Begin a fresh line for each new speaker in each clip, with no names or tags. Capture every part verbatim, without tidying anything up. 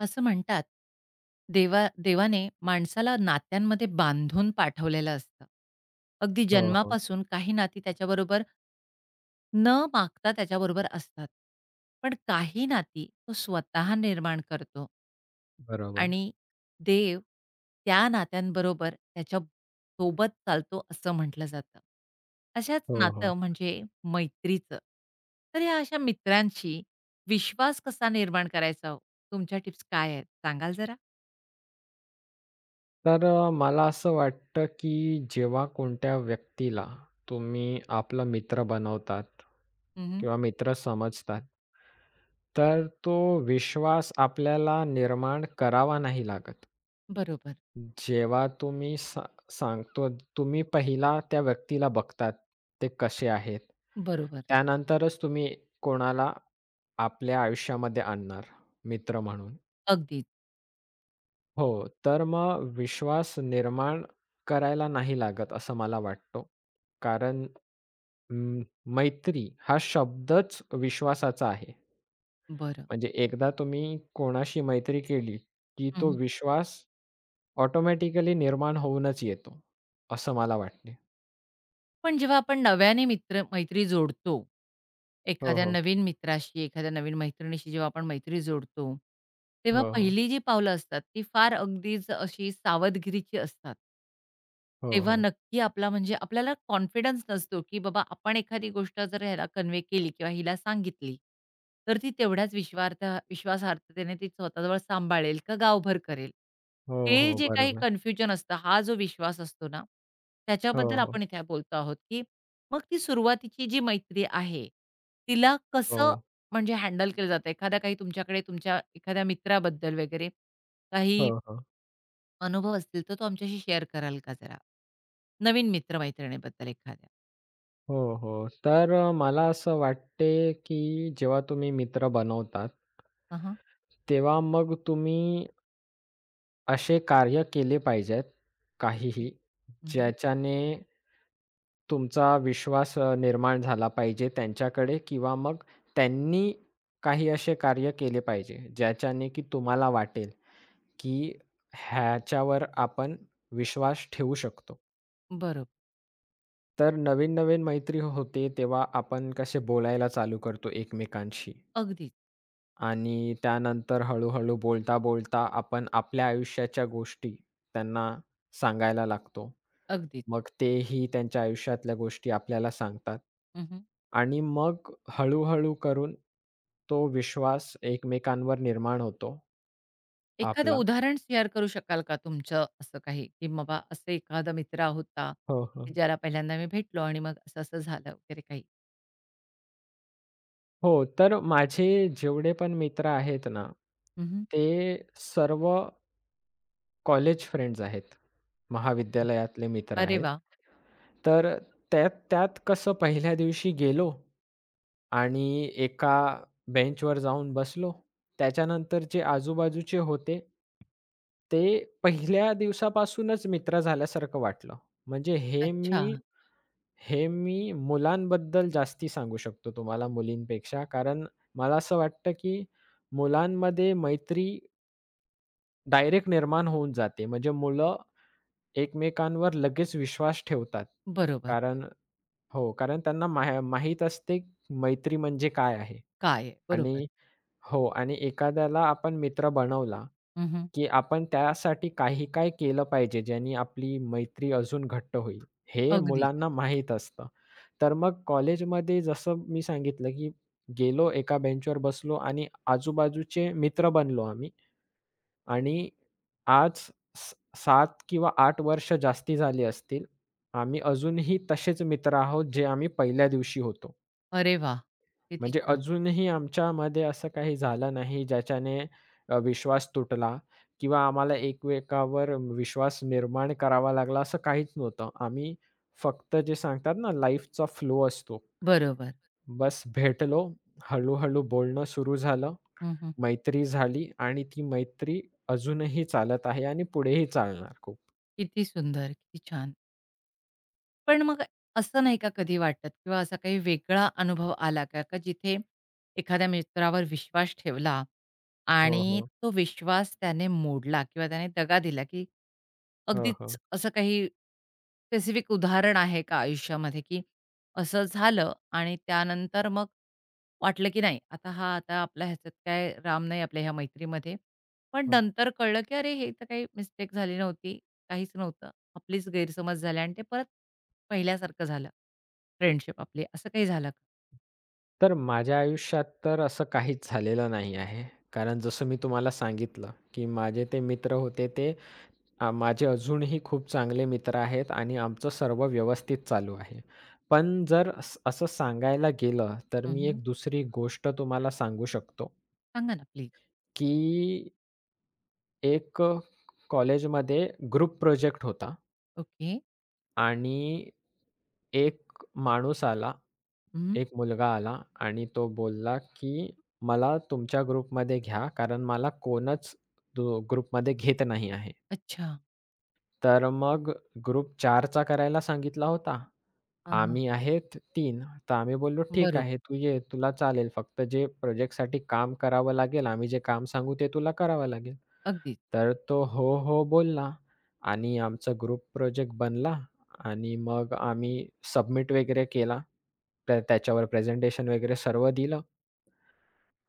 असं म्हणतात, देवा देवाने माणसाला नात्यांमध्ये बांधून पाठवलेलं असतं. अगदी
हो, हो.
जन्मापासून काही नाती त्याच्याबरोबर न मागता त्याच्याबरोबर असतात. पण काही नाती तो स्वतः निर्माण करतो.
बरोबर.
आणि देव त्या नात्यांबरोबर त्याच्या सोबत चालतो असं म्हटलं जातं. अशाच
हो, हो.
नातं म्हणजे मैत्रीचं. तर ह्या अशा मित्रांशी विश्वास कसा निर्माण करायचा हो? तुमच्या टिप्स काय आहेत? सांगाल जरा?
तर अ, मला असं वाटतं, की जेव्हा कोणत्या व्यक्तीला तुम्ही आपला मित्र बनवतात
हं,
किंवा मित्र समजतात, तर तो विश्वास आपल्याला निर्माण करावा नाही लागत.
बरोबर,
जेव्हा तुम्ही सा सांगतो तुम्ही पहिला त्या व्यक्तीला बघतात, ते कसे आहेत.
बरोबर.
त्यानंतरच तुम्ही कोणाला आपल्या आयुष्यामध्ये आणणार मित्र म्हणून.
अगदीच.
हो, तर मग विश्वास निर्माण करायला नाही लागत असं मला वाटतं. कारण अं, मैत्री हा शब्दच विश्वासाचा आहे.
बरं.
म्हणजे एकदा तुम्ही कोणाशी मैत्री केली, की तो विश्वास ऑटोमॅटिकली निर्माण होऊनच येतो, असं मला वाटते.
पण जेव्हा आपण नव्याने मित्र मैत्री जोडतो,
हो,
एखाद्या
हो.
नवीन मित्राशी, एखाद्या नवीन मैत्रिणीशी जेव्हा आपण मैत्री जोडतो, तेव्हा
हो, हो.
पहिली जी पावलं असतात, ती फार अगदीच अशी सावधगिरीची असतात.
हो,
तेव्हा
हो.
नक्की आपला म्हणजे आपल्याला कॉन्फिडन्स नसतो, की बाबा आपण एखादी गोष्ट जर ह्याला कन्वे केली किंवा हिला सांगितली, तर ती तेवढ्याच विश्वार्थ विश्वासार्थतेने ती स्वतःजवळ सांभाळेल का गावभर करेल?
हो,
हे
हो.
जे काही
बरोबर.
कन्फ्युजन असतं, हा जो विश्वास असतो ना,
हो,
त्याच्याबद्दल
हो.
आपण इथे बोलतो आहोत, की मग ती सुरुवातीची जी मैत्री आहे, तिला कसं
हो.
म्हणजे हँडल केलं जातं? एखादा काही तुमच्याकडे तुमच्या एखाद्या मित्राबद्दल वगैरे
हो,
काही
हो.
अनुभव असतील, तर तो आमच्याशी शेअर कराल का जरा? नवीन मित्र एखाद्या?
हो, हो. तर अ, मला असं वाटते, की जेव्हा तुम्ही मित्र बनवतात
हं,
तेव्हा मग तुम्ही असे कार्य केले पाहिजेत,
ओके.
काहीही,
हं,
ज्याच्याने तुमचा विश्वास अ, निर्माण झाला पाहिजे त्यांच्याकडे किंवा मग त्यांनी काही असे कार्य केले पाहिजे, ज्याच्याने की तुम्हाला वाटेल, की ह्याच्यावर आपण विश्वास ठेवू शकतो.
बरोबर.
तर नवीन-नवीन मैत्री होते, तेव्हा आपण कसे बोलायला चालू करतो एकमेकांशी.
अगदीच,
आणि त्यानंतर हळू-हळू बोलता-बोलता आपण आपल्या आयुष्याच्या गोष्टी त्यांना सांगायला लागतो.
अगदीच.
मग तेही त्यांच्या आयुष्यातल्या गोष्टी आपल्याला सांगतात.
हं,
आणि मग हळू-हळू करून तो विश्वास एकमेकांवर निर्माण होतो
एखादं
आपला.
उदाहरण शेअर करू शकाल का तुमचं असं काही, की बाबा असं एखादा मित्र होता,
हो, हो.
की ज्याला पहिल्यांदा मी भेटलो आणि मग असं-असं झालं वगैरे काही?
हो, तर माझे जेवढे पण मित्र आहेत ना,
हं,
ते सर्व कॉलेज फ्रेंड्स आहेत.
ओके.
महाविद्यालयातले मित्र
अरे
आहेत.
वाह!
तर त्यात त्यात कसं पहिल्या दिवशी गेलो आणि एका बेंचवर जाऊन बसलो. त्याच्यानंतर जे आजूबाजूचे होते ते पहिल्या दिवसापासूनच मित्र झाल्यासारखं वाटलं. म्हणजे हे
अच्छा.
मी हे मी मुलांबद्दल जास्ती सांगू शकतो तुम्हाला मुलींपेक्षा. कारण मला असं वाटतं, की मुलांमध्ये मैत्री डायरेक्ट निर्माण होऊन जाते. म्हणजे मुलं एकमेकांवर लगेच विश्वास ठेवतात.
बरोबर.
कारण हो, कारण त्यांना माह माहीत असते मैत्री म्हणजे काय आहे?
काय आहे? बरोबर.
आणि हो आणि एखाद्याला आपण मित्र बनवला,
हं,
की आपण त्यासाठी काही काय केलं पाहिजे, ज्यानी आपली मैत्री अजून घट्ट होईल, हे
अगदीच.
मुलांना माहीत असतं. तर मग कॉलेजमध्ये जसं मी सांगितलं, की गेलो एका बेंचवर बसलो आणि आजूबाजूचे मित्र बनलो आम्ही. आणि आज स सात किंवा आठ वर्ष जास्ती झाली असतील. आम्ही अजूनही तसेच मित्र आहोत, जे आम्ही पहिल्या दिवशी होतो.
अरे वाह! किती
म्हणजे
छान.
अजूनही आमच्यामध्ये असं काही झालं नाही, ज्याच्याने अ, विश्वास तुटला किंवा आम्हाला एकमेकावर विश्वास निर्माण करावा लागला, असं काहीच नव्हतं. आम्ही फक्त जे सांगतात ना, लाईफचा फ्लो असतो.
बरोबर.
बस भेटलो, हळू-हळू बोलणं सुरू झालं,
हं,
मैत्री झाली आणि ती मैत्री अजूनही चालत आहे आणि पुढेही चालणार खूप.
किती सुंदर, किती छान. पण मग असं नाही का कधी वाटत किंवा असा काही वेगळा अनुभव आला का, का जिथे एखाद्या मित्रावर विश्वास ठेवला
हो,
आणि
हो.
तो विश्वास त्याने मोडला किंवा त्याने दगा दिला, की
हो, हो.
अगदीच असं काही स्पेसिफिक उदाहरण आहे का आयुष्यामध्ये, की असं झालं आणि त्यानंतर मग वाटलं की नाही आता हा आता आपला ह्याच्यात काय राम नाही आपल्या ह्या मैत्रीमध्ये. पण
हो.
नंतर कळलं की अरे हे तर काही मिस्टेक झाली नव्हती, काहीच नव्हतं. आपलीच गैरसमज झाले आणि ते परत पहिल्यासारखं झालं, फ्रेंडशिप आपली. असं काही झालं का?
तर माझ्या आयुष्यात तर असं काहीच झालेलं नाही आहे. कारण जसं मी तुम्हाला सांगितलं, की माझे ते मित्र होते ते अ, माझे अजूनही खूप चांगले मित्र आहेत आणि आमचं सर्व व्यवस्थित चालू आहे. पण जर अस असं सांगायला गेलं, तर
हं,
मी
हं.
एक दुसरी गोष्ट तुम्हाला सांगू शकतो.
सांगा ना प्लीज?
की एक कॉलेजमध्ये ग्रुप प्रोजेक्ट होता
ओके.
आणि एक माणूस आला,
हं.
एक मुलगा आला आणि तो बोलला, की "मला तुमच्या ग्रुपमध्ये घ्या, कारण मला कोणच दु ग्रुपमध्ये घेत नाही आहे."
अच्छा.
तर मग ग्रुप 4चा करायला सांगितला होता.
हां, हां.
आम्ही आहेत तीन, तर आम्ही बोललो, "ठीक
बरोबर.
आहे, तू ये, तुला चालेल. फक्त जे प्रोजेक्टसाठी काम करावं लागेल, आम्ही जे काम सांगू ते तुला करावं लागेल."
अगदीच.
तर तो हो, हो बोलला आणि आमचा ग्रुप प्रोजेक्ट बनला आणि मग आम्ही सबमिट वगैरे केला. तर त्याच्यावर प्रेझेंटेशन वगैरे सर्व दिलं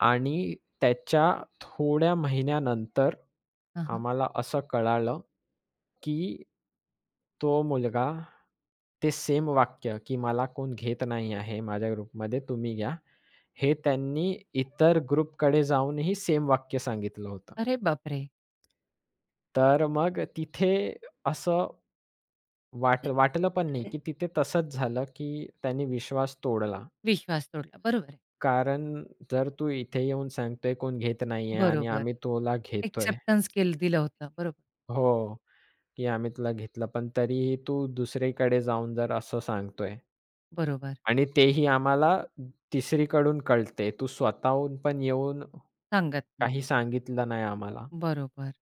आणि त्याच्या थोड्या महिन्यानंतर
हां, हां.
आम्हाला असं कळालं, की तो मुलगा ते सेम वाक्य, की "मला कोण घेत नाही आहे माझ्या ग्रुपमध्ये, तुम्ही घ्या." हे त्यांनी इतर ग्रुपकडे जाऊनही सेम वाक्य सांगितलं होतं.
अरे बापरे!
तर मग तिथे असं वाट वाटलं पण नाही, की तिथे तसंच झालं, की त्यांनी विश्वास तोडला.
विश्वास तोडला. बरोबर आहे.
कारण जर तू इथे येऊन सांगतोय कोण घेत नाहीये आणि
बरोबर.
आम्ही तुला घेतोय
एक्सेप्टन्स केलं दिलं होतं. बरोबर.
हो. की आम्ही तुला घेतलं, पण तरीही तू दुसरीकडे जाऊन जर असं सांगतोय
बरोबर.
आणि तेही आम्हाला तिसरीकडून कळते. तू स्वतःहून पण येऊन
सांगत
काही
नाहीये.
सांगितलं नाही आम्हाला.
बरोबर.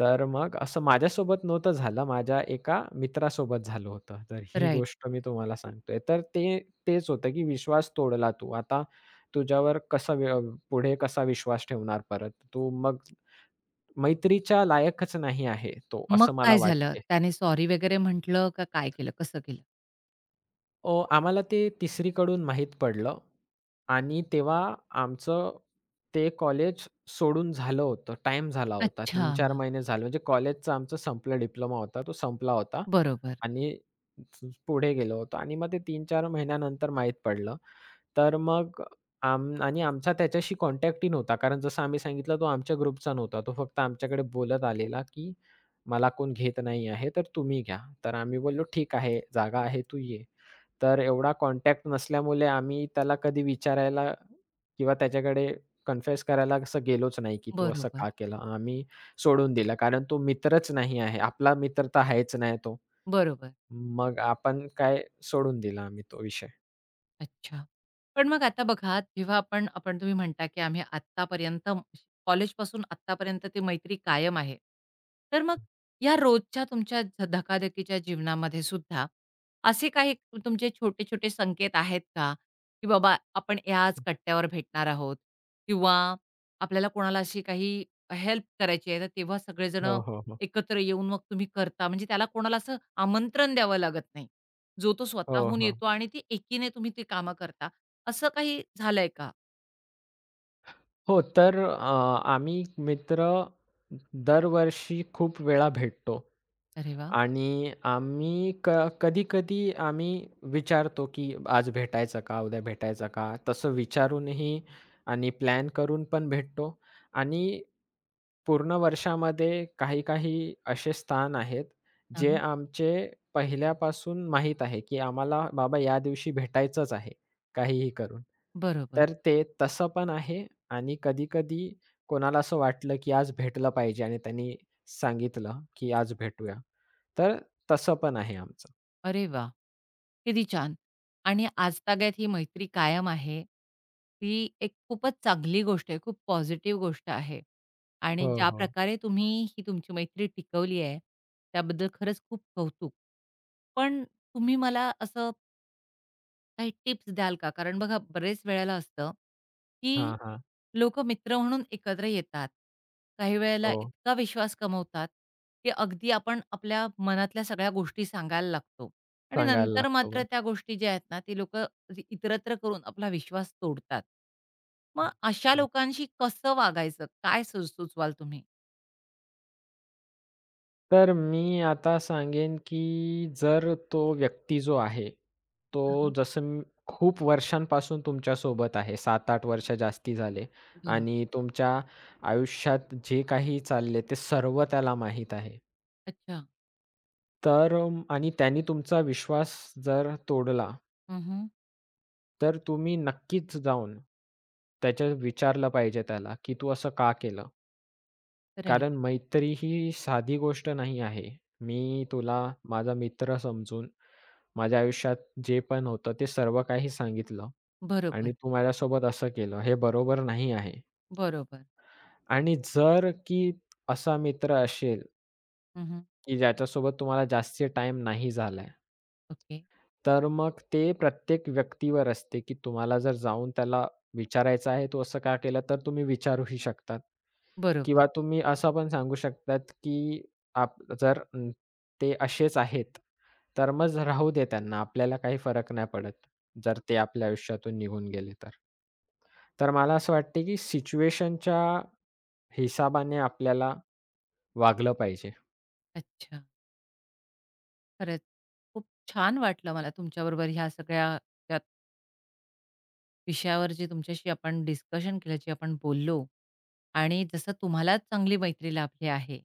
तर मग असं माझ्यासोबत नव्हतं झालं, माझ्या एका मित्रासोबत झालं होतं. तर ही
राइट.
गोष्ट मी तुम्हाला सांगतोय. तर ते तेच होतं, की विश्वास तोडला तू. आता तुझ्यावर कसा व्य पुढे कसा विश्वास ठेवणार परत? तू मग मैत्रीच्या लायकच नाही आहे तो,
मग
असं मला
काय झालं?
वाटते.
त्याने सॉरी वगैरे म्हटलं का काय केलं? कसं केलं?
अ, आम्हाला ते 3री कडून माहीत पडलं आणि तेव्हा आमचं ते कॉलेज सोडून झालं होतं. टाईम झाला होता.
अच्छा.
तीन चार महिने झाले. म्हणजे कॉलेजचा आमचं संपलं डिप्लोमा होता. तो संपला होता
बरोबर.
आणि पुढे गेलो होतो आणि मग ते तीन चार महिन्यानंतर माहीत पडलं तर मग आम आणि आमचा त्याच्याशी कॉन्टॅक्टही नव्हता. कारण जसं आम्ही सांगितलं तो आमच्या ग्रुपचा नव्हता. तो फक्त आमच्याकडे बोलत आलेला, की "मला कोण घेत नाही आहे, तर तुम्ही घ्या." तर आम्ही बोललो, "ठीक आहे, जागा आहे, तू ये." तर एवढा कॉन्टॅक्ट नसल्यामुळे आम्ही त्याला कधी विचारायला किंवा त्याच्याकडे कन्फेस करायला असं गेलोच नाही, की "तू असं
बरोबर.
का केलं?" आम्ही सोडून दिलं. कारण तो मित्रच नाही आहे. आपला मित्र तर आहेच नाही तो.
बरोबर.
मग आपण काय सोडून दिला आम्ही तो विषय.
अच्छा. पण मग आता बघा, जेव्हा आपण आपण तुम्ही म्हणता, की आम्ही आत्तापर्यंत कॉलेजपासून आत्तापर्यंत ती मैत्री कायम आहे. तर मग या रोजच्या तुमच्या ध धकाधकीच्या जीवनामध्ये सुद्धा असे काही तुमचे छोटे-छोटे संकेत आहेत का, की बाबा आपण याच कट्ट्यावर भेटणार आहोत किंवा आपल्याला कोणाला अशी काही हेल्प करायची आहे, तर तेव्हा सगळेजण
हो, हो, हो.
एकत्र येऊन मग तुम्ही करता म्हणजे त्याला कोणाला असं आमंत्रण द्यावं लागत नाही? जो तो
हो,
स्वतःहून
हो.
येतो आणि ती एकीने तुम्ही ती कामं करता. असं काही झालंय का?
हो, तर अ, आम्ही मित्र दरवर्षी खूप वेळा भेटतो.
अरे वाह!
आणि आम्ही क कधी-कधी आम्ही विचारतो, की आज भेटायचं का? उद्या भेटायचं का? तसं विचारूनही आणि प्लॅन करून पण भेटतो आणि पूर्ण वर्षामध्ये काही-काही असे स्थान आहेत, जे
हां,
आमचे पहिल्यापासून माहीत आहे, की आम्हाला बाबा या दिवशी भेटायचंच आहे, काहीही करून.
बरोबर.
तर ते तसं पण आहे आणि कधी-कधी कोणाला असं वाटलं, की आज भेटलं पाहिजे आणि त्यांनी सांगितलं, की आज भेटूया. तर तसं पण आहे आमचं.
अरे वाह! किती छान. आणि आजतागायत ही मैत्री कायम आहे. ती एक खूपच चांगली गोष्ट आहे. खूप पॉझिटिव्ह गोष्ट आहे.
हो,
आणि ज्या
हो.
प्रकारे तुम्ही ही तुमची मैत्री टिकवली आहे, त्याबद्दल खरंच खूप कौतुक. पण तुम्ही मला असं काही टिप्स द्याल का? कारण बघा बरेच वेळेला असतं, की
हां, हां.
लोक मित्र म्हणून एकत्र येतात. काही वेळेला
हो.
इतका विश्वास कमवतात, की अगदी आपण आपल्या मनातल्या सगळ्या गोष्टी सांगायला लागतो आणि
सांगायला
नंतर
लागतो
मात्र
बरं.
त्या गोष्टी ज्या आहेत ना, ती लोक इतरत्र करून आपला विश्वास तोडतात. मग अशा
हं.
लोकांशी कसं वागायचं? काय सु सुचवाल तुम्ही?
तर मी आता सांगेन, की जर तो व्यक्ती जो आहे, तो
हां,
जसं म खूप वर्षांपासून तुमच्या सोबत आहे, सात आठ वर्ष जास्ती झाले
बरोबर.
आणि तुमच्या आयुष्यात जे काही चालले ते सर्व त्याला माहीत आहे.
अच्छा.
तर अं, आणि त्याने तुमचा विश्वास जर तोडला,
हं, हं.
तर तुम्ही नक्कीच जाऊन त्याच्या विचारलं पाहिजे त्याला, की "तू असं का केलं?" कारण मैत्री ही साधी गोष्ट नाही आहे. मी तुला माझा मित्र समजून, माझ्या आयुष्यात जे पण होतं ते सर्व काही सांगितलं
बरोबर,
आणि तू माझ्यासोबत असं केलं, हे बरोबर नाही आहे.
बरोबर.
आणि जर की असा मित्र असेल,
हं,
की ज्याच्यासोबत तुम्हाला जास्ती टाईम नाही झालाय.
ओके.
तर मग ते प्रत्येक व्यक्तीवर असते, की तुम्हाला जर जाऊन त्याला विचारायचं आहे, "तू असं का केलं?" तर तुम्ही विचारूही शकतात
बरोबर.
किंवा तुम्ही असं पण सांगू शकतात, की आप जर अं, ते असेच आहेत, तर मग राहू दे त्यांना. आपल्याला काही फरक नाही पडत, जर ते आपल्या आयुष्यातून निघून गेले तर. तर मला असं वाटते, की सिच्युएशनच्या हिसाबाने आपल्याला वागलं पाहिजे.
अच्छा. खरंच खूप छान वाटलं मला तुमच्याबरोबर ह्या सगळ्या विषयावर जे तुमच्याशी आपण डिस्कशन केलं, जे आपण बोललो, आणि जसं तुम्हाला चांगली मैत्री लाभली आहे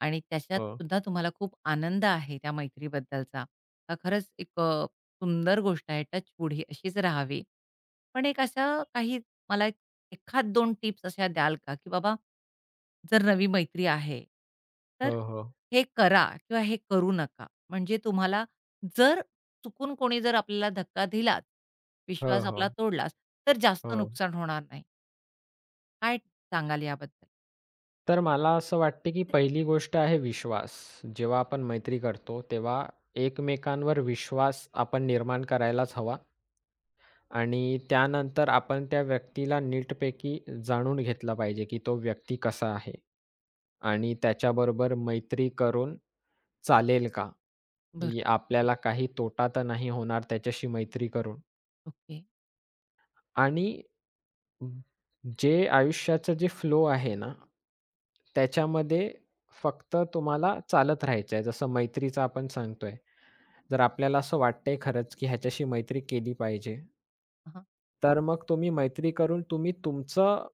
आणि त्याच्यात
हो.
सुद्धा तुम्हाला खूप आनंद आहे त्या मैत्रीबद्दलचा. हा खरंच एक अ, सुंदर गोष्ट आहे. टचवूड ही अशीच राहावी. पण एक अशा काही मला एक एखाद दोन टिप्स अशा द्याल का, की बाबा जर नवी मैत्री आहे, तर
हो, हो.
हे करा किंवा हे करू नका. म्हणजे तुम्हाला जर चुकून कोणी जर आपल्याला धक्का दिलाच,
हो,
विश्वास आपला
हो.
तोडलाच, तर जास्त
हो.
नुकसान होणार नाही. काय सांगाल याबद्दल?
तर मला असं वाटते, की पहिली गोष्ट आहे विश्वास. जेव्हा आपण मैत्री करतो, तेव्हा एकमेकांवर विश्वास आपण निर्माण करायलाच हवा आणि त्यानंतर आपण त्या व्यक्तीला नीटपैकी जाणून घेतला पाहिजे, की तो व्यक्ती कसा आहे आणि त्याच्याबरोबर मैत्री करून चालेल का?
बरोबर.
की आपल्याला काही तोटा तर नाही होणार त्याच्याशी मैत्री करून
ओके.
आणि जे आयुष्याचं जे फ्लो आहे ना, त्याच्यामध्ये फक्त तुम्हाला चालत राहायचं आहे. जसं मैत्रीचं आपण सांगतोय. जर आपल्याला असं वाटतंय खरंच, की ह्याच्याशी मैत्री केली पाहिजे
हां.
तर मग तुम्ही मैत्री करून तुम्ही तुमचं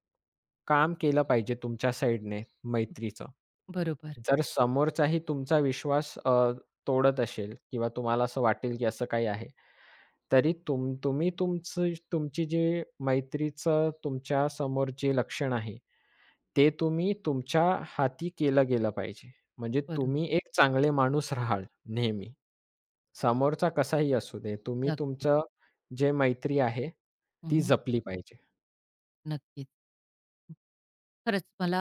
काम केलं पाहिजे तुमच्या साइडने मैत्रीचं.
बरोबर,
जर समोरचाही तुमचा विश्वास अ, तोडत असेल किंवा तुम्हाला असं वाटेल, की असं काही आहे, तरी तुम तुम्ही तुमचं तुमची जी मैत्रीचं तुमच्या समोर जे लक्षण आहे, ते तुम्ही तुमच्या हाती केलं गेलं पाहिजे. म्हणजे
बरोबर.
तुम्ही एक चांगले माणूस राहाल नेहमी. समोरचा कसाही असू दे, तुम्ही
नक्कीच.
तुमचं जे मैत्री आहे, ती
हं, हं.
जपली पाहिजे.
नक्कीच. खरंच मला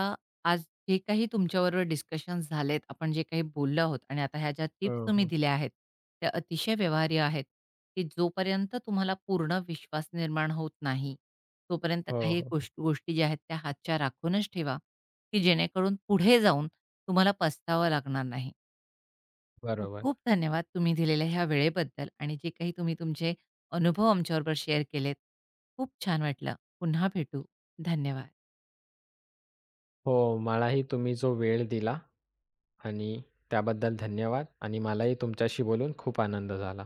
आज जे काही तुमच्याबरोबर डिस्कशन्स झालेत, आपण जे काही बोललो आहोत आणि आता ह्या ज्या टिप्स
हो,
तुम्ही
हो.
दिल्या आहेत, त्या अतिशय व्यवहार्य आहेत, की जोपर्यंत तुम्हाला पूर्ण विश्वास निर्माण होत नाही, तोपर्यंत
हो,
काही
हो.
गोष् गोष्टी ज्या आहेत त्या हातच्या राखूनच ठेवा, की जेणेकरून पुढे जाऊन तुम्हाला पस्तावा लागणार नाही.
बरोबर.
खूप-खूप धन्यवाद तुम्ही दिलेल्या ह्या वेळेबद्दल आणि जे काही तुम्ही तुमचे अनुभव आमच्याबरोबर शेअर केलेत. खूप छान वाटलं. पुन्हा भेटू. धन्यवाद.
हो, मलाही तुम्ही जो वेळ दिला आणि त्याबद्दल धन्यवाद आणि मलाही तुमच्याशी बोलून खूप आनंद झाला.